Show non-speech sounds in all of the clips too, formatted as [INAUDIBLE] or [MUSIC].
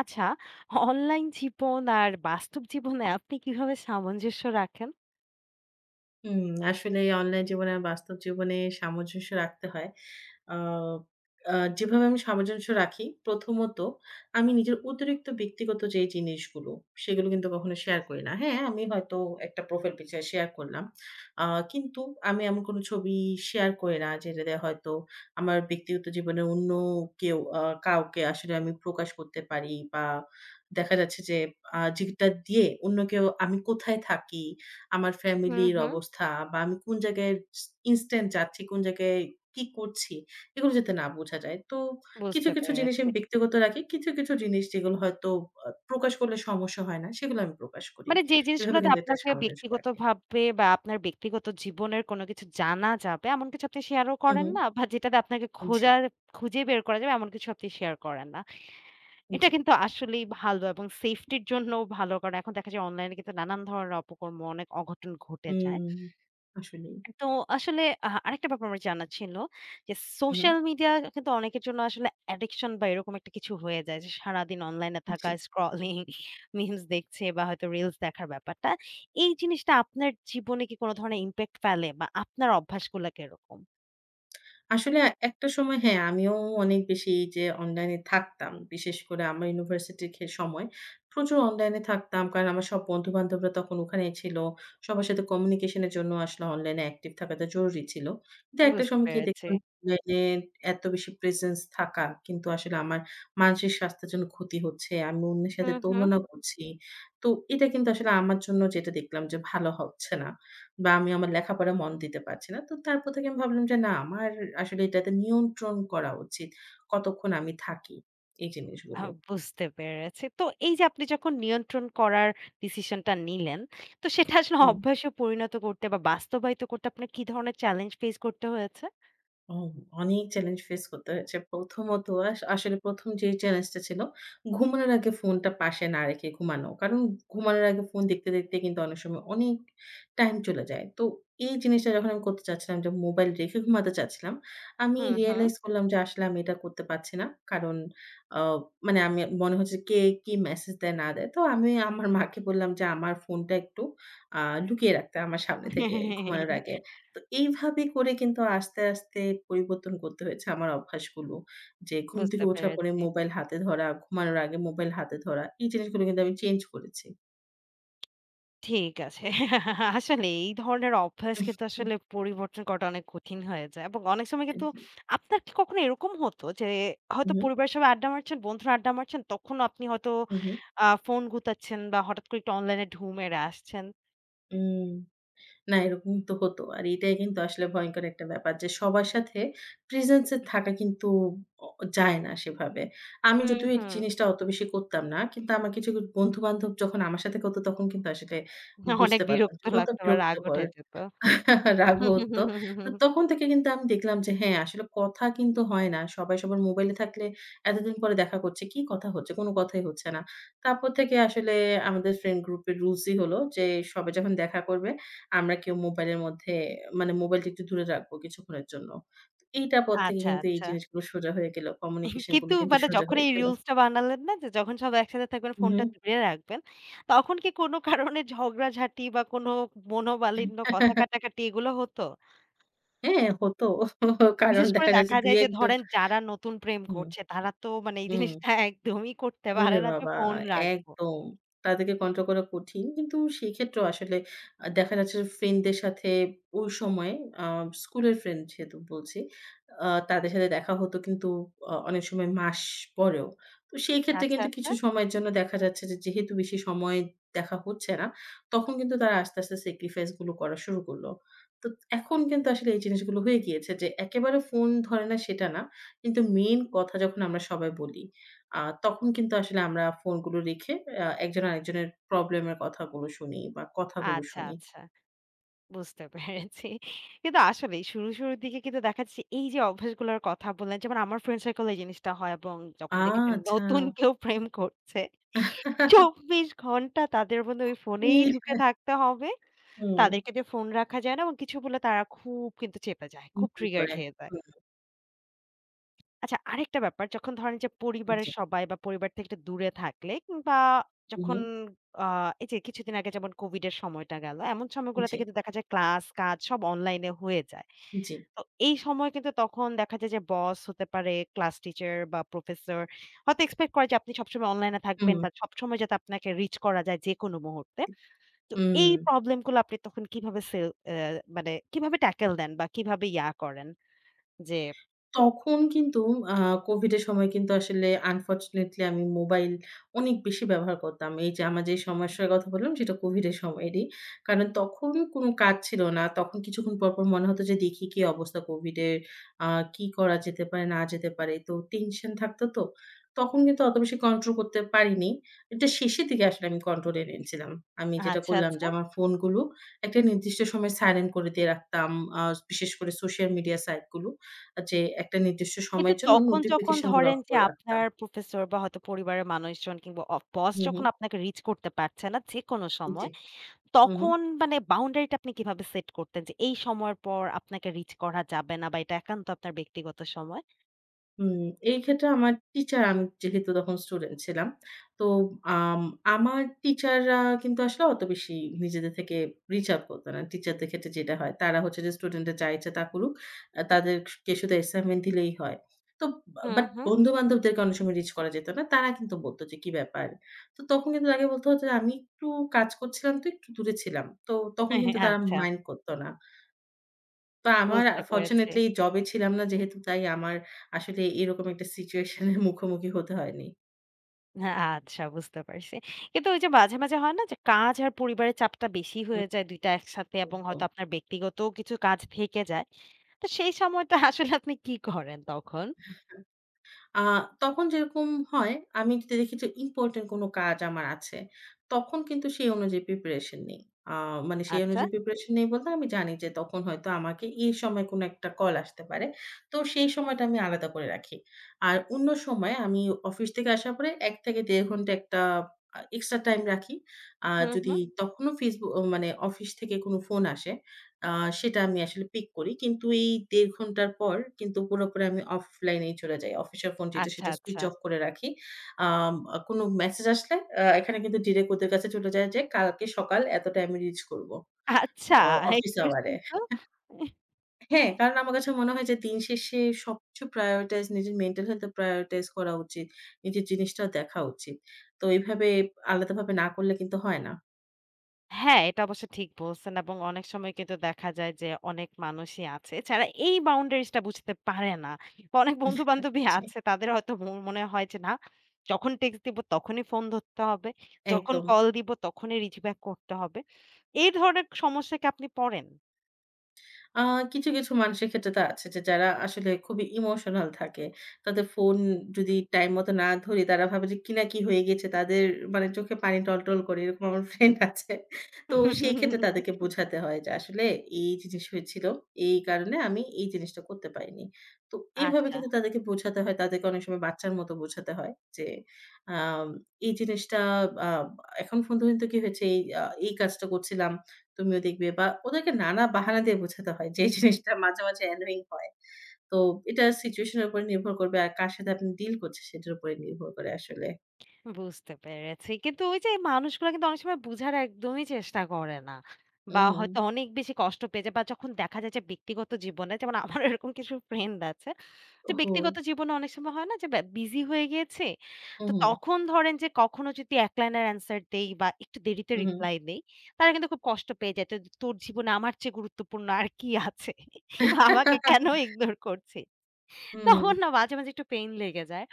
আচ্ছা, অনলাইন জীবন আর বাস্তব জীবনে আপনি কিভাবে সামঞ্জস্য রাখেন? হুম, আসলে অনলাইন জীবনে আর বাস্তব জীবনে সামঞ্জস্য রাখতে হয়। আ আ যেভাবে আমি সামঞ্জস্য রাখি, প্রথমত আমি নিজের অতিরিক্ত ব্যক্তিগত যে জিনিসগুলো, সেগুলো কিন্তু কখনো শেয়ার করি না। হ্যাঁ, আমি হয়তো একটা প্রোফাইল পিকচার শেয়ার করলাম। আ কিন্তু আমি এমন কোনো ছবি শেয়ার করি না, যেটাতে হয়তো আমার ব্যক্তিগত জীবনে অন্য কেউ আ কাউকে আসলে আমি প্রকাশ করতে পারি বা দেখা যাচ্ছে যে যেটা দিয়ে অন্য কেউ আমি কোথায় থাকি আমার হুম, ফ্যামিলির হুম, অবস্থা বা আমি কোন জায়গায় স ইনস্ট্যান্ট যাচ্ছি, কোন জায়গায় কি করছি, এগুলো যাতে না বোঝা যায়। তো কিছু, বুঝতে কিছু জিনিস পেরেছি। আমি ব্যক্তিগত রাখি। কিছু, কিছু জিনিস যেগুলো হয়তো প্রকাশ করলে সমস্যা হয় না, সেগুলো আমি প্রকাশ করি। মানে যে এভাবে জিনিসগুলোতে কিন্তু একটা আপনাকে সামঞ্জস্য রাখি। ব্যক্তিগতভাবে বা আপনার ব্যক্তিগত জীবনের কোনো কিছু জানা যাবে এমন কিছু আপনি শেয়ারও হু, করেন হু। না বা যেটাতে আপনাকে জি, খোঁজার খুঁজে বের করা যাবে এমন কিছু আপনি শেয়ার করেন না। এটা জি। কিন্তু আসলেই ভালো এবং সেফটির জন্যও ভালো, কারণ এখন দেখা যায় অনলাইনে কিন্তু নানান ধরনের অপকর্ম অনেক অঘটন ঘটে হুম, যায়। আসলেই। তো আসলে আরেকটা ব্যাপার আমার জানা ছিল যে, হু, হু। সোশ্যাল মিডিয়া কিন্তু অনেকের জন্য আসলে অ্যাডিকশন বা এরকম একটা কিছু হয়ে যায় যে, সারাদিন অনলাইনে থাকা, জি। স্ক্রলিং, মিমস [LAUGHS] দেখছে বা হয়তো রিলস দেখার ব্যাপারটা। এই জিনিসটা আপনার জীবনে কি কোন ধরনের ইমপ্যাক্ট ফেলে বা আপনার অভ্যাসগুলা কিরকম? আসলে একটা সময় হ্যাঁ, আমিও অনেক বেশি যে অনলাইনে থাকতাম। বিশেষ করে আমার ইউনিভার্সিটির সময় প্রচুর অনলাইনে থাকতাম। কারণ আমার সব বন্ধু-বান্ধবরা তখন ওখানেই ছিল। সবার সাথে কমিউনিকেশন এর জন্য আসলে অনলাইনে অ্যাক্টিভ থাকাটা জরুরি ছিল। কিন্তু একটা বুঝতে সময় গিয়ে পেরেছি। দেখলাম অনলাইনে এত বেশি প্রেজেন্স থাকা কিন্তু আসলে আমার মানসিক স্বাস্থ্যের জন্য ক্ষতি হচ্ছে। আমি অন্যের সাথে হুম, হুম। তুলনা করছি। তো এটা কিন্তু আসলে আমার জন্য যেটা দেখলাম যে ভালো হচ্ছে না। বা আমি আমার লেখাপড়ায় মন দিতে পারছি না। তো তারপর থেকে আমি ভাবলাম যে না আমার আসলে এটাতে নিয়ন্ত্রণ করা উচিত। কতক্ষণ আমি থাকি এই আ জিনিসগুলো। বুঝতে পেরেছি। তো এই যে আপনি যখন নিয়ন্ত্রণ করার ডিসিশনটা নিলেন, তো সেটা আসলে হুম। অভ্যাসে পরিণত করতে বা বাস্তবায়িত করতে আপনার কি ধরনের চ্যালেঞ্জ ফেস করতে হয়েছে? ও অনেক চ্যালেঞ্জ ফেস করতে হয়েছে। প্রথমত আসলে ১ম যে চ্যালেঞ্জটা ছিল, ঘুমানোর আগে ফোনটা পাশে না রেখে ঘুমানো। কারণ ঘুমানোর আগে ফোন দেখতে, দেখতে কিন্তু অনেক সময় অনেক টাইম চলে যায়। তো এই জিনিসটা যখন আমি করতে চাচ্ছিলাম যে মোবাইল রেখে ঘুমাতে চাচ্ছিলাম, আমি হুম, হুম। রিয়ালাইজ করলাম যে আসলে আমি এটা করতে পারছি না। কারণ আ মানে আমি মনে হচ্ছে কে কি মেসেজ দেয় না দেয়। তো আমি আমার মাকে বললাম যে আমার ফোনটা একটু আ লুকিয়ে রাখতে আমার সামনে থেকে ঘুমানোর আগে। তো এইভাবে করে কিন্তু আস্তে, আস্তে পরিবর্তন করতে হয়েছে আমার অভ্যাসগুলো। যে ঘুম থেকে বুঝতে ওঠার পরে পেরেছি। মোবাইল হাতে ধরা, ঘুমানোর আগে মোবাইল হাতে ধরা, এই জিনিসগুলো কিন্তু আমি চেঞ্জ করেছি। ঠিক আছে। আসলে এই ধরনের অভ্যাস হুম, কিন্তু আসলে পরিবর্তন করাটা অনেক কঠিন হয়ে যায় এবং অনেক সময় কিন্তু জি। আপনার কি কখনো এরকম হতো যে হয়তো উহু, পরিবারের সবাই আড্ডা মারছেন, বন্ধুরা আড্ডা মারছেন, তখন আপনি হয়তো উহু, ফোন গুতাচ্ছেন বা হঠাৎ করে একটু অনলাইনে ঢুঁ মেরে আসছেন। উম না এরকম তো হতো। আর এটাই কিন্তু আসলে ভয়ংকর একটা ব্যাপার যে সবার সাথে প্রেজেন্স এ থাকা কিন্তু অ যায় না সেভাবে। আমি হুম, যদিও এই হুম। জিনিসটা অত বেশি করতাম না। কিন্তু আমার কিছু বন্ধু-বান্ধব যখন আমার সাথে করত তখন কিন্তু আসলে অনেক বুঝতে পারতাম বিরক্ত যে কত লাগতো বা রাগ বিরক্তকর। উঠে যেত। রাগ হতো। তো তখন থেকে কিন্তু আমি দেখলাম যে হ্যাঁ, আসলে কথা কিন্তু হয় না। সবাই সবার মোবাইলে থাকলে এতদিন পরে দেখা করছে। কি কথা হচ্ছে? কোন কথাই হচ্ছে না। তারপর থেকে আসলে আমাদের ফ্রেন্ড গ্রুপের রুলসই হলো যে সবাই যখন দেখা করবে আমরা কেউ মোবাইলের মধ্যে মানে মোবাইলটা একটু দূরে রাখবো কিছুক্ষণের জন্য। তো এইটার পর থেকে আচ্ছা, কিন্তু এই আচ্ছা। জিনিসগুলো সোজা হয়ে গেল। কমিউনিকেশন গুলো কিন্তু কিন্তু মানে সোজা যখন হয়ে এই গেল। রুলস টা বানালেন না, যে যখন সবাই একসাথে থাকবেন হুম, হুম। ফোনটা দূরে রাখবেন, তখন কি কোনো কারণে ঝগড়াঝাটি বা কোনো মনোমালিন্য, কথা [LAUGHS] কাটাকাটি এগুলো হতো? হ্যাঁ, হতো। কারণ বিশেষ করে দেখা যাচ্ছে দেখা যায় যে ২-১ জন ধরেন যারা নতুন প্রেম হুম, করছে তারা তো মানে এই হুম। জিনিসটা একদমই করতে ওরে পারে না যে বাবা! ফোন রাখবো। একদম। তাদেরকে কন্ট্রোল করা কঠিন। কিন্তু সেক্ষেত্রেও আসলে দেখা যাচ্ছে যে ফ্রেন্ডদের সাথে ওই সময়ে আ স্কুলের ফ্রেন্ড যেহেতু বলছি, তাদের সাথে দেখা হতো কিন্তু অনেক সময় মাস পরেও। তো সেই ক্ষেত্রে আচ্ছা, কিন্তু আচ্ছা। কিছু সময়ের জন্য দেখা যাচ্ছে যে যেহেতু বেশি সময় দেখা হচ্ছে না, তখন কিন্তু তারা আস্তে, আস্তে স্যাক্রিফাইস গুলো করা শুরু করলো। তো এখন কিন্তু আসলে এই জিনিসগুলো হয়ে গিয়েছে যে একেবারে ফোন ধরে না সেটা না। কিন্তু মেইন কথা যখন আমরা সবাই বলি আ তখন কিন্তু আসলে আমরা ফোনগুলো রেখে একজন আরেকজনের প্রবলেমের কথাগুলো শুনি বা কথাগুলো আচ্ছা, শুনি। আচ্ছা। বুঝতে পেরেছি। কিন্তু আসলেই শুরুর দিকে কিন্তু দেখা যাচ্ছে এই যে অভ্যাসগুলোর কথা বললেন, যেমন আমার ফ্রেন্ড সার্কেল এ জিনিসটা হয় এবং যখন আ দেখি যে আচ্ছা। নতুন কেউ প্রেম করছে, ২৪ ঘন্টা তাদের মধ্যে ওই ফোনেই ই ঢুকে থাকতে হবে। হুম। তাদেরকে দিয়ে ফোন রাখা যায় না এবং কিছু বললে তারা খুব কিন্তু চেপে যায়। খুব হুম, ট্রিগার করে। খেয়ে যায়। হুম, আচ্ছা, আরেকটা ব্যাপার, যখন ধরেন যে জি। পরিবারের সবাই বা পরিবার থেকে একটু দূরে থাকলে কিংবা হু, হু। যখন আ এই যে কিছুদিন আগে যেমন কোভিড এর সময়টা গেল, এমন সময়গুলোতে জি, কিন্তু দেখা যায় ক্লাস, কাজ সব অনলাইন এ হয়ে যায়। জি। তো এই সময় কিন্তু তখন দেখা যায় যে বস হতে পারে, ক্লাস টিচার বা প্রফেসর হয়তো এক্সপেক্ট করে যে আপনি সবসময় অনলাইন এ হুম, থাকবেন বা সবসময় যাতে আপনাকে রিচ করা যায় যেকোনো মুহূর্তে। তো হুম। এই প্রবলেম গুলো আপনি তখন কিভাবে সেল অ্যা মানে কিভাবে ট্যাকেল দেন বা কিভাবে ইয়া করেন? যে তখন কিন্তু আ কোভিডের সময় কিন্তু আসলে আনফরচুনেটলি আমি মোবাইল অনেক বেশি ব্যবহার করতাম। এই যে আমার যে সমস্যার কথা বললাম সেটা কোভিডের সময়েরই। কারণ তখন কোনো কাজ ছিল না। তখন কিছুক্ষণ পরপর মনে হতো যে দেখি কি অবস্থা কোভিডের, আ কি করা যেতে পারে না যেতে পারে। তো টেনশন থাকতো তো। তখন কিন্তু অত বেশি কন্ট্রোল করতে পারিনি। এটা শেষের দিকে আসলে আমি কন্ট্রোল এ এনেছিলাম। আমি যেটা আচ্ছা, করলাম যে আচ্ছা। আমার ফোনগুলো একটা নির্দিষ্ট সময় সাইলেন্ট করে দিয়ে রাখতাম। আ বিশেষ করে সোশ্যাল মিডিয়া সাইট গুলো। যে একটা নির্দিষ্ট কিন্তু সময়ের জন্য তখন যখন নোটিফিকেশন গুলো অফ ধরেন যে করে রাখতাম। আপনার প্রফেসর বা হয়তো পরিবারের মানুষজন কিংবা বস হু, হু। যখন আপনাকে রিচ করতে পারছে না যেকোনো জি। সময়, হু, হু। তখন মানে বাউন্ডারিটা আপনি কিভাবে সেট করতেন? যে এই সময়ের পর আপনাকে রিচ করা যাবে না বা এটা একান্ত আপনার ব্যক্তিগত সময়? হুম, এই ক্ষেত্রে আমার টিচার আমি যেহেতু তখন স্টুডেন্ট ছিলাম। তো আম আমার টিচাররা কিন্তু আসলে অত বেশি নিজেদের থেকে রিচ আউট করত না। টিচারদের ক্ষেত্রে যেটা হয় তারা হচ্ছে যে স্টুডেন্টরা যা ইচ্ছা তা করুক। তাদেরকে শুধু অ্যাসাইনমেন্ট দিলেই হয়। তো হুম, বাট হুম। বন্ধু-বান্ধবদেরকে অনেক সময় রিচ করা যেত না। তারা কিন্তু বলত যে, "কি ব্যাপার?" তো তখন কিন্তু তাকে বলতে হতো যে, "আমি একটু কাজ করছিলাম তো একটু দূরে ছিলাম।" তো [LAUGHS] তখন হ্যাঁ, হ্যাঁ, কিন্তু তারা আচ্ছা, মাইন্ড করত না। তো আমার বুঝতে পেরেছি। ফরচুনেটলি জবে ছিলাম না যেহেতু তাই আমার আসলে এরকম একটা সিচুয়েশন এর মুখোমুখি হতে হয়নি। হ্যাঁ, আচ্ছা, বুঝতে পারছি। কিন্তু ওই যে মাঝে, মাঝে হয় না যে কাজ আর পরিবারের চাপটা বেশি হুম, হয়ে যায় ২ টা একসাথে এবং একদম। হয়তো আপনার ব্যক্তিগতও কিছু কাজ থেকে যায়। তো সেই সময়টা [LAUGHS] আসলে আপনি কি করেন তখন? আ তখন যেরকম হয়, আমি যদি দেখি যে ইম্পোর্টেন্ট কোনো কাজ আমার আছে, তখন কিন্তু সেই অনুযায়ী প্রিপারেশন নেই। আ মানে সেই আচ্ছা। অনুযায়ী প্রিপারেশন নেই বলতে আমি জানি যে তখন হয়তো আমাকে এই সময় কোনো একটা কল আসতে পারে। তো সেই সময়টা আমি আলাদা করে রাখি। আর অন্য সময় আমি অফিস থেকে আসার পরে ১ থেকে ১.৫ ঘন্টা একটা এক্সট্রা টাইম রাখি। হুম, যদি হুম। তখনো ফেসবু মানে অফিস থেকে কোনো ফোন আসে, আ সেটা আমি আসলে পিক করি। কিন্তু এই ১.৫ ঘন্টার পর কিন্তু পুরোপুরি আমি অফলাইনেই চলে যাই। অফিসের ফোন যেটা আচ্ছা, সেটা সুইচ আচ্ছা। অফ করে রাখি। আম আ কোনো মেসেজ আসলে এখানে কিন্তু ডিরেক্ট ওদের কাছে চলে যায় যে কালকে সকাল এতটায় আমি রিচ করব। আচ্ছা, অফিস আওয়ারে। ইন্টারেস্টিং তো। হ্যাঁ, কারণ আমার কাছে মনে হয় যে দিন শেষে সবকিছু প্রায়োরিটাইজ নিজের মেন্টাল হেলথ এ প্রায়োরিটাইজ করা উচিত। নিজের জিনিসটাও দেখা উচিত। তো এভাবে আলাদাভাবে না করলে কিন্তু হয় না। হ্যাঁ, এটা অবশ্য ঠিক বলছেন এবং অনেক সময় কিন্তু দেখা যায় যে অনেক মানুষই আছে যারা এই বাউন্ডারিজ টা বুঝতে পারে না। বা অনেক [LAUGHS] বন্ধু-বান্ধবী জি, আছে তাদের হয়তো মনে হয় যে না, যখন টেক্সট দিব তখনই ফোন ধরতে হবে, যখন একদম। কল দিব তখনই রিচ ব্যাক করতে হবে। এই ধরনের সমস্যা কি আপনি পড়েন? আ কিছু, কিছু মানুষের ক্ষেত্রে তো আছে যে যারা আসলে খুবই ইমোশনাল থাকে। তাদের ফোন যদি টাইম মতো না ধরি তারা ভাবে যে কি না কি হয়ে গেছে তাদের মানে চোখে পানি টলটল করে এরকম আমার ফ্রেন্ড আছে। তো সেই ক্ষেত্রে তাদেরকে [LAUGHS] বোঝাতে হয় যে আসলে এই জিনিস হয়েছিল। এই কারণে আমি এই জিনিসটা করতে পারিনি। তো এইভাবে আচ্ছা। কিন্তু তাদেরকে বোঝাতে হয়। তাদেরকে অনেক সময় বাচ্চার মতো বোঝাতে হয় যে আম এই জিনিসটা আ এখন পর্যন্ত কি হয়েছে এই কাজটা করছিলাম। তুমিও দেখবে বা ওদেরকে নানা বাহানা দিয়ে বোঝাতে হয়। যে জিনিসটা মাঝে, মাঝে অ্যানোয়িং হয়। তো এটা সিচুয়েশন এর উপরে নির্ভর করবে আর কার সাথে আপনি ডিল করছেন সেটার উপরে নির্ভর করে আসলে। বুঝতে পেরেছি। কিন্তু ওই যে মানুষগুলা কিন্তু অনেক সময় বুঝার একদমই চেষ্টা করে না। বা হুম, হয়তো অনেক বেশি কষ্ট পেয়ে যায় বা যখন দেখা যায় যে ব্যক্তিগত জীবনে যেমন আমার এরকম কিছু ফ্রেন্ড আছে যে ওহো! ব্যক্তিগত জীবনে অনেক সময় হয় না যে বিজি হয়ে গিয়েছি। উহু, তো উহু। তখন ধরেন যে কখনো যদি এক লাইনের অ্যান্সার দেই বা একটু দেরিতে হুম, রিপ্লাই দেই, তারা কিন্তু খুব কষ্ট পেয়ে যায়। তো তোর জীবনে আমার চেয়ে গুরুত্বপূর্ণ আর কি আছে? আমাকে কেন [LAUGHS] ইগনোর করছিস? হুম তখন না মাঝে, মাঝে একটু পেইন লেগে যায়।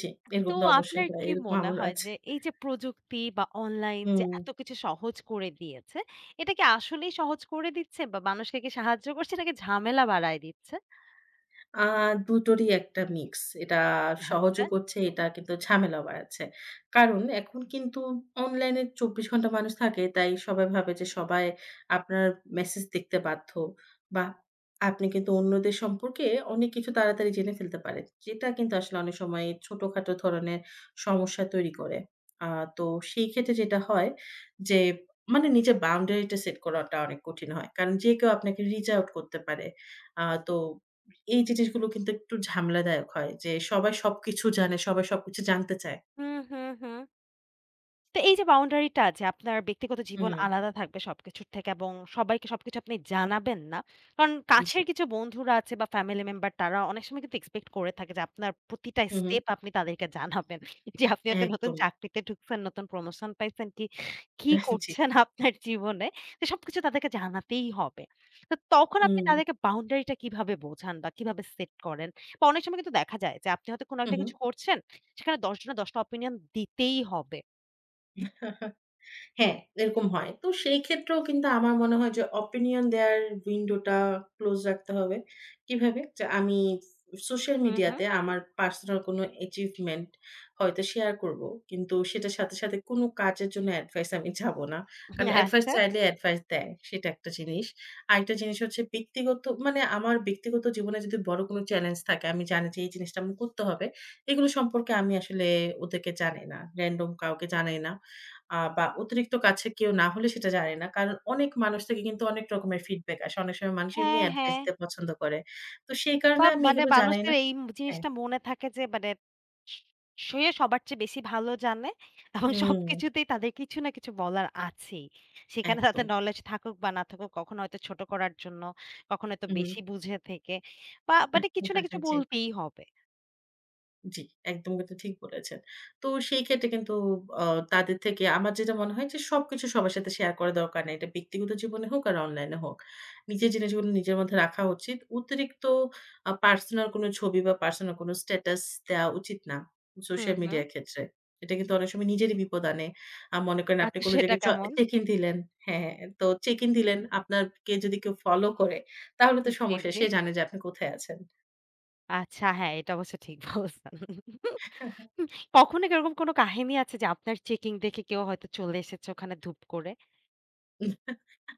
জি, তো এরকম তো অবশ্যই আপনার হয়। কি এরকম মনে আমারও হয় আছে। যে এই যে প্রযুক্তি বা অনলাইন যে হুম। এত কিছু সহজ করে দিয়েছে, এটা কি আসলেই সহজ করে দিচ্ছে বা মানুষকে কি সাহায্য করছে নাকি ঝামেলা বাড়ায় দিচ্ছে? আ দুটোরই একটা মিক্স। এটা সহজও আচ্ছা। করছে, এটা কিন্তু ঝামেলাও বাড়াচ্ছে। কারণ এখন কিন্তু অনলাইনে ২৪ ঘন্টা মানুষ থাকে, তাই সবাই ভাবে যে সবাই আপনার মেসেজ দেখতে বাধ্য বা আপনি কিন্তু অন্যদের সম্পর্কে অনেক কিছু তাড়াতাড়ি জেনে ফেলতে পারেন। যেটা কিন্তু আসলে অনেক সময় ছোটখাটো ধরনের সমস্যা তৈরি করে। আ তো সেই ক্ষেত্রে যেটা হয় যে মানে নিজের বাউন্ডারিটা সেট করাটা অনেক কঠিন হয়। কারণ যে কেউ আপনাকে রিচ আউট করতে পারে। তো এই জিনিসগুলো কিন্তু একটু ঝামেলাদায়ক হয় যে সবাই সবকিছু জানে, সবাই সবকিছু জানতে চায়। হুম, হুম, হুম। তো এই যে বাউন্ডারিটা আছে, আপনার ব্যক্তিগত জীবন হুম, আলাদা থাকবে সবকিছুর থেকে এবং সবাইকে সবকিছু আপনি জানাবেন না। কারণ জি। কাছের কিছু বন্ধুরা আছে বা ফ্যামিলি মেম্বার, তারা অনেক সময় কিন্তু এক্সপেক্ট করে থাকে যে আপনার প্রতিটা হু, হু। স্টেপ আপনি তাদেরকে জানাবেন। [LAUGHS] যে আপনি হয়তো নতুন একদম। চাকরিতে ঢুকছেন, নতুন প্রমোশন পাইছেন, কি, কি [LAUGHS] জি। করছেন আপনার জীবনে। তো সবকিছু তাদেরকে জানাতেই হবে। তো তখন আপনি হুম, তাদেরকে বাউন্ডারিটা কিভাবে বোঝান বা কিভাবে সেট করেন? বা অনেক সময় কিন্তু দেখা যায় যে আপনি হয়তো কোনো একটা হু, কিছু করছেন, সেখানে ১০ জনের ১০ টা অপিনিয়ন দিতেই হবে। হু। হ্যাঁ, এরকম হয়। তো সেই ক্ষেত্রেও কিন্তু আমার মনে হয় যে opinion দেয়ার উইন্ডোটা ক্লোজ রাখতে হবে। কিভাবে? যে আমি সোশ্যাল হু, হু। মিডিয়াতে আমার পার্সোনাল কোনো achievement হয়তো শেয়ার করব। কিন্তু সেটার সাথে, সাথে কোনো কাজের জন্য এডভাইস আমি চাবো না। কারণ এডভাইস আচ্ছা। চাইলে এডভাইস দেয়। সেটা একটা জিনিস। আরেকটা জিনিস হচ্ছে ব্যক্তিগত মানে আমার ব্যক্তিগত জীবনে যদি বড় কোনো চ্যালেঞ্জ থাকে, আমি জানি যে এই জিনিসটা আমার করতে হবে। এগুলো সম্পর্কে আমি আসলে ওদেরকে জানাই না। র‍্যান্ডম কাউকে জানাই না। বা অতিরিক্ত কাছের কেউ না হলে সেটা জানি না। কারণ অনেক মানুষ থেকে কিন্তু অনেক রকমের ফিডব্যাক আসে। অনেক সময় মানুষ এমনি হ্যাঁ, অ্যাডভাইস হ্যাঁ। দিতে পছন্দ করে। তো সেই বা কারণে আমি মানে এগুলো জানাই না। মানুষের এই হ্যাঁ, জিনিসটা মনে থাকে যে মানে স সে সবার চেয়ে বেশি ভালো জানে এবং হুম, সবকিছুতেই তাদের কিছু না কিছু বলার আছেই। সেখানে তাদের একদম। নলেজ থাকুক বা না থাকুক, কখনো হয়তো ছোট করার জন্য, কখনো হয়তো হুম, বেশি বুঝে থেকে বা মানে কিছু না হ্যাঁ, কিছু হ্যাঁ, জি। বলতেই হবে। জি, একদম কিন্তু ঠিক বলেছেন। তো সেই ক্ষেত্রে কিন্তু অ তাদের থেকে আমার যেটা মনে হয় যে সবকিছু সবার সাথে শেয়ার করা দরকার নাই। এটা ব্যক্তিগত জীবনে হোক আর অনলাইনে হোক। নিজের জিনিসগুলো নিজের মধ্যে রাখা উচিত। অতিরিক্ত পার্সোনাল কোনো ছবি বা পার্সোনাল কোনো স্ট্যাটাস দেওয়া উচিত না হুম, সোশ্যাল হুম। মিডিয়ার ক্ষেত্রে। এটা কিন্তু অনেক সময় নিজেরই বিপদ আনে। মনে করেন আপনি আচ্ছা, কোনো সেটা জায়গায় কেমন? চেক ইন দিলেন হ্যাঁ, তো চেক ইন দিলেন আপনাকে যদি কেউ ফলো করে তাহলে তো জি, সমস্যা। জি। সে জানে যে আপনি কোথায় আছেন। আচ্ছা, হ্যাঁ, এটা অবশ্য ঠিক বলছেন। [LAUGHS] কখনো কি এরকম কোনো কাহিনী আছে যে আপনার চেকিং দেখে কেউ হয়তো চলে এসেছে ওখানে ধুপ করে?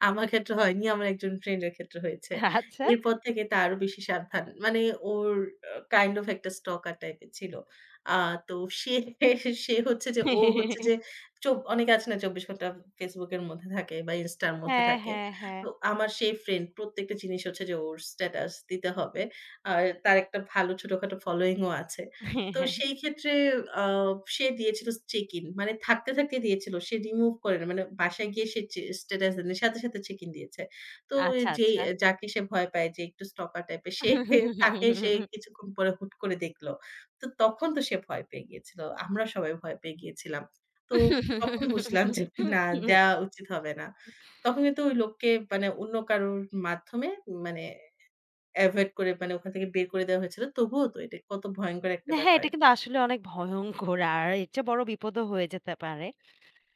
আমার ক্ষেত্রে হয়নি। আমার একজন ফ্রেন্ডের ক্ষেত্রে হয়েছে। আচ্ছা। এরপর থেকে তা আরো বেশি সাবধান। মানে ওর কাইন্ড অফ একটা স্টকার টাইপের ছিল। আ তো সে [LAUGHS] সে হচ্ছে যে ও হচ্ছে যে অনেকে আছে না ২৪ ঘন্টা Facebook এর মধ্যে থাকে বা Insta র মধ্যে হ্যাঁ, থাকে। হ্যাঁ, হ্যাঁ। তো আমার সেই ফ্রেন্ড প্রত্যেকটা জিনিস হচ্ছে যে ওর স্ট্যাটাস দিতে হবে। আর তার একটা ভালো ছোটখাটো ফলোইং ও আছে। তো সেই ক্ষেত্রে আ সে দিয়েছিল চেক ইন। মানে থাকতে, থাকতে দিয়েছিল। সে রিমুভ করে না। মানে বাসায় গিয়ে সে চে স্ট্যাটাস দেয়নি। সাথে, সাথে চেক ইন দিয়েছে। তো আচ্ছা, যেই আচ্ছা। যাকে সে ভয় পায় যে একটু স্টকার টাইপের সে তাকে সে কিছুক্ষণ পরে হুট করে দেখল। তো তখন তো সে ভয় পেয়ে গিয়েছিল। আমরা সবাই ভয় পেয়ে গিয়েছিলাম। তো তখন বুঝলাম যে না দেওয়া উচিত হবে না। তখন কিন্তু ওই লোককে মানে অন্য কারোর মাধ্যমে মানে এভয়েড করে মানে ওখান থেকে বের করে দেওয়া হয়েছিল। তবুও তো এটা কত ভয়ংকর একটা না, হ্যাঁ, ব্যাপার। এটা কিন্তু আসলে অনেক ভয়ংকর। আর এর চেয়ে বড় বিপদও হয়ে যেতে পারে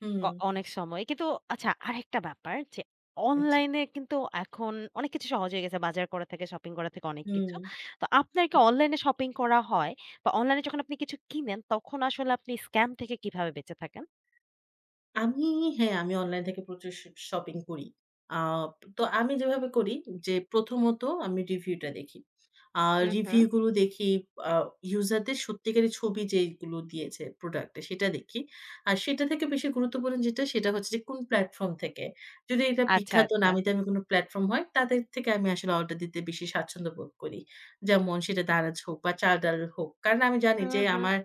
হুম, অনেক সময়। কিন্তু আচ্ছা, আরেকটা ব্যাপার যে জি। অনলাইনে কিন্তু এখন অনেক কিছু সহজ হয়ে গেছে। বাজার করা থেকে, শপিং করা থেকে অনেক হুম, কিছু। তো আপনার কি জি। অনলাইনে শপিং করা হয়? বা অনলাইনে যখন আপনি কিছু কিনেন, তখন আসলে আপনি স্কাম থেকে কিভাবে বেঁচে থাকেন? আমি হ্যাঁ, আমি অনলাইন থেকে প্রচুর শপিং করি। আ তো আমি যেভাবে করি যে প্রথমত আমি রিভিউটা দেখি। আ হুম, হুম। রিভিউ গুলো দেখি, আ ইউজারদের সত্যিকারের ছবি যেগুলো দিয়েছে প্রোডাক্টে সেটা দেখি। আর সেটা থেকে বেশি গুরুত্বপূর্ণ যেটা সেটা হচ্ছে যে কোন প্ল্যাটফর্ম থেকে। যদি এটা আচ্ছা, বিখ্যাত আচ্ছা। নামি-দামি কোনো প্ল্যাটফর্ম হয় তাদের থেকে আমি আসলে অর্ডার দিতে বেশি স্বাচ্ছন্দ্য বোধ করি। যেমন সেটা দারাজ হোক বা চালডাল হোক। কারণ আমি জানি হুম, যে হুম। আমার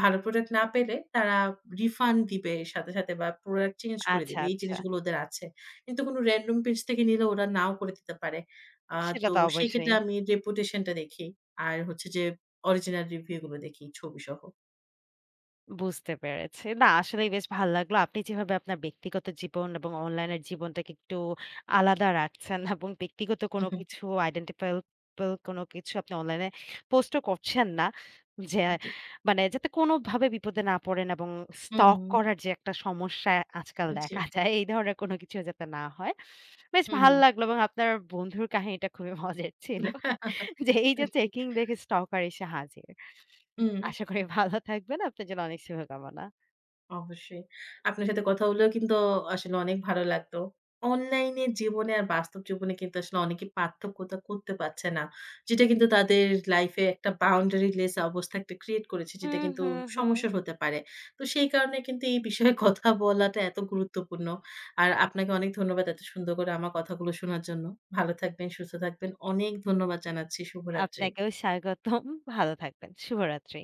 ভালো প্রোডাক্ট না পেলে তারা রিফান্ড দিবে সাথে, সাথে বা প্রোডাক্ট চেঞ্জ করে আচ্ছা, দিবে। এই আচ্ছা। জিনিসগুলো ওদের আছে। কিন্তু কোনো র‍্যান্ডম পেজ থেকে নিলে ওরা নাও করে দিতে পারে। আ সেটা তো তো অবশ্যই। সেক্ষেত্রে আমি রেপুটেশন টা দেখি। আর হচ্ছে যে অরিজিনাল রিভিউ গুলো দেখি ছবিসহ। বুঝতে পেরেছি। না, আসলেই বেশ ভাল লাগলো। আপনি যেভাবে আপনার ব্যক্তিগত জীবন এবং অনলাইনের জীবনটাকে একটু আলাদা রাখছেন এবং ব্যক্তিগত কোনো উহু, কিছু আইডেন্টিফাইবল কোনো কিছু আপনি অনলাইনে পোস্টও করছেন না। যে জি। মানে যাতে কোনোভাবে বিপদে না পড়েন এবং হুম, জি। স্টক করার হুম। যে একটা সমস্যা আজকাল জি। দেখা যায়, এই ধরনের কোনো কিছু যাতে না হয়। বেশ হুম। ভাল লাগলো এবং আপনার বন্ধুর কাহিনীটা খুবই মজার ছিল। যে এই যে [LAUGHS] জি। চেকিং দেখে স্টকার এসে হাজির। হুম। আশা করি ভালো থাকবেন। আপনার জন্য অনেক শুভকামনা। অবশ্যই। আপনার সাথে কথা হলেও কিন্তু আসলে অনেক ভালো লাগলো। অনলাইনে জীবনে আর বাস্তব জীবনে কিন্তু আসলে অনেকে পার্থক্যটা করতে পারছে না। যেটা কিন্তু তাদের লাইফে একটা বাউন্ডারিলেস অবস্থা একটা ক্রিয়েট করেছে যেটা হুম, কিন্তু হুম, হুম। সমস্যার হতে পারে। তো সেই কারণে কিন্তু এই বিষয়ে [LAUGHS] কথা বলাটা এত গুরুত্বপূর্ণ। আর আপনাকে অনেক ধন্যবাদ এত সুন্দর করে আমার কথাগুলো শোনার জন্য। ভালো থাকবেন, সুস্থ থাকবেন। অনেক ধন্যবাদ জানাচ্ছি। শুভরাত্রি। আপনাকেও স্বাগতম। ভালো থাকবেন। শুভরাত্রি।